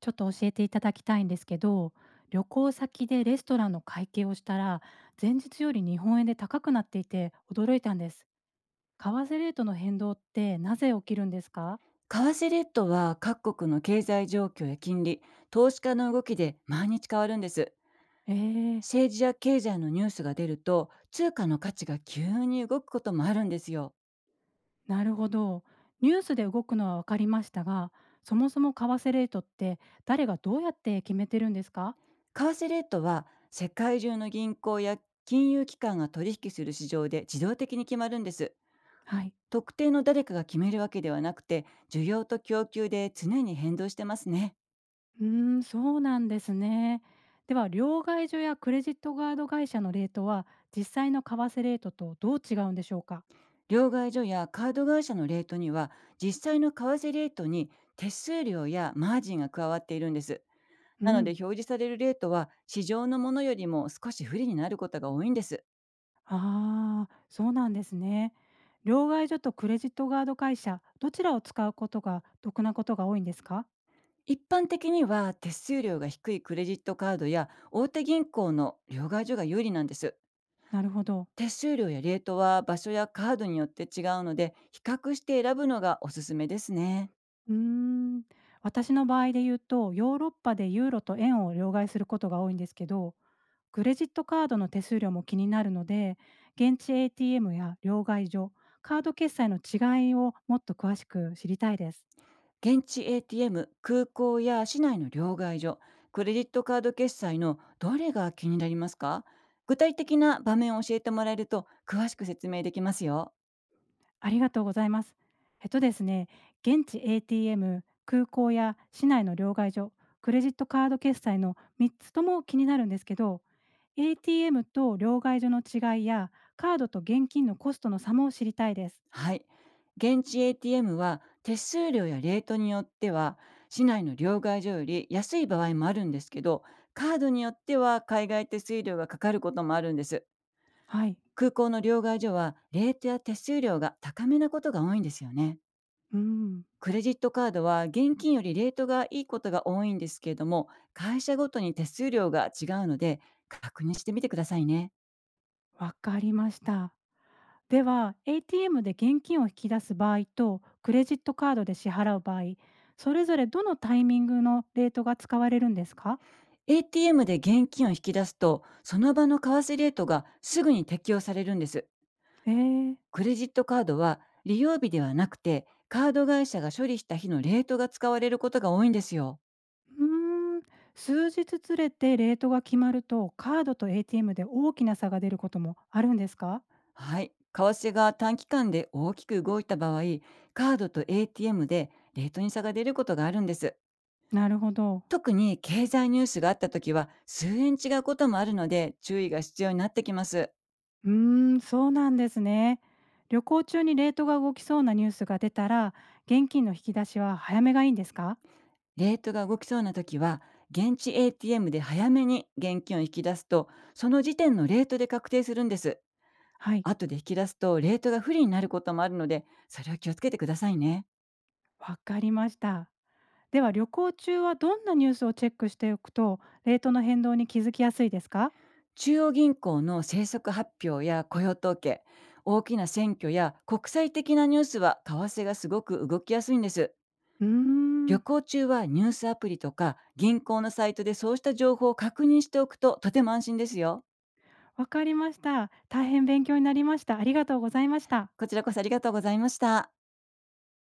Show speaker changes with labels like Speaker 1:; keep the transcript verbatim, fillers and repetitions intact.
Speaker 1: ちょっと教えていただきたいんですけど、旅行先でレストランの会計をしたら、前日より日本円で高くなっていて驚いたんです。為替レートの変動ってなぜ起きるんですか？
Speaker 2: 為替レートは各国の経済状況や金利、投資家の動きで毎日変わるんです。
Speaker 1: えー、
Speaker 2: 政治や経済のニュースが出ると、通貨の価値が急に動くこともあるんですよ。
Speaker 1: なるほど。ニュースで動くのは分かりましたが、そもそも為替レートって誰がどうやって決めてるんですか？
Speaker 2: 為替レートは世界中の銀行や金融機関が取引する市場で自動的に決まるんです。
Speaker 1: はい。
Speaker 2: 特定の誰かが決めるわけではなくて、需要と供給で常に変動してますね。
Speaker 1: うーん、そうなんですね。では、両替所やクレジットカード会社のレートは、実際の為替レートとどう違うんでしょうか？
Speaker 2: 両替所やカード会社のレートには、実際の為替レートに手数料やマージンが加わっているんです。
Speaker 1: う
Speaker 2: なので
Speaker 1: ん。
Speaker 2: 表示されるレートは市場のものよりも少し不利になることが多いんです。
Speaker 1: ああ、そうなんですね。両替所とクレジットカード会社、どちらを使うことが得なことが多いんですか？
Speaker 2: 一般的には手数料が低いクレジットカードや大手銀行の両替所が有利なんです。
Speaker 1: なるほど。
Speaker 2: 手数料やレートは場所やカードによって違うので比較して選ぶのがおすすめですね。
Speaker 1: うーん。私の場合で言うと、ヨーロッパでユーロと円を両替することが多いんですけど、クレジットカードの手数料も気になるので、現地 エーティーエム や両替所、カード決済の違いをもっと詳しく知りたいです。
Speaker 2: 現地 エーティーエム、空港や市内の両替所、クレジットカード決済のどれが気になりますか？具体的な場面を教えてもらえると詳しく説明できますよ。
Speaker 1: ありがとうございます。えっとですね、現地 エーティーエム、空港や市内の両替所、クレジットカード決済のみっつとも気になるんですけど、エーティーエム と両替所の違いや、カードと現金のコストの差も知りたいです。
Speaker 2: はい。現地 エーティーエム は手数料やレートによっては市内の両替所より安い場合もあるんですけど、カードによっては海外手数料がかかることもあるんです。
Speaker 1: はい。
Speaker 2: 空港の両替所はレートや手数料が高めなことが多いんですよね。
Speaker 1: うん、
Speaker 2: クレジットカードは現金よりレートがいいことが多いんですけれども、会社ごとに手数料が違うので確認してみてくださいね。
Speaker 1: わかりました。では、エーティーエム で現金を引き出す場合と、クレジットカードで支払う場合、それぞれどのタイミングのレートが使われるんですか？
Speaker 2: エーティーエム で現金を引き出すとその場の為替レートがすぐに適用されるんです。
Speaker 1: えー。
Speaker 2: クレジットカードは利用日ではなくて、カード会社が処理した日のレートが使われることが多いんですよ。
Speaker 1: うーん、数日ずれてレートが決まると、カードと エーティーエム で大きな差が出ることもあるんですか？
Speaker 2: はい。為替が短期間で大きく動いた場合、カードと エーティーエム でレートに差が出ることがあるんです。
Speaker 1: なるほど。
Speaker 2: 特に経済ニュースがあった時は数円違うこともあるので注意が必要になってきます。
Speaker 1: うーん、そうなんですね。旅行中にレートが動きそうなニュースが出たら、現金の引き出しは早めがいいんですか？
Speaker 2: レートが動きそうな時は、現地 エーティーエム で早めに現金を引き出すと、その時点のレートで確定するんです。
Speaker 1: はい、
Speaker 2: 後で引き出すとレートが不利になることもあるので、それは気をつけてくださいね。
Speaker 1: わかりました。では旅行中はどんなニュースをチェックしておくと、レートの変動に気づきやすいですか？
Speaker 2: 中央銀行の政策発表や雇用統計、大きな選挙や国際的なニュースは為替がすごく動きやすいんです。
Speaker 1: うー
Speaker 2: 旅
Speaker 1: ん、
Speaker 2: 行中はニュースアプリとか銀行のサイトでそうした情報を確認しておくととても安心ですよ。
Speaker 1: わかりました。大変勉強になりました。ありがとうございました。
Speaker 2: こちらこそありがとうございました。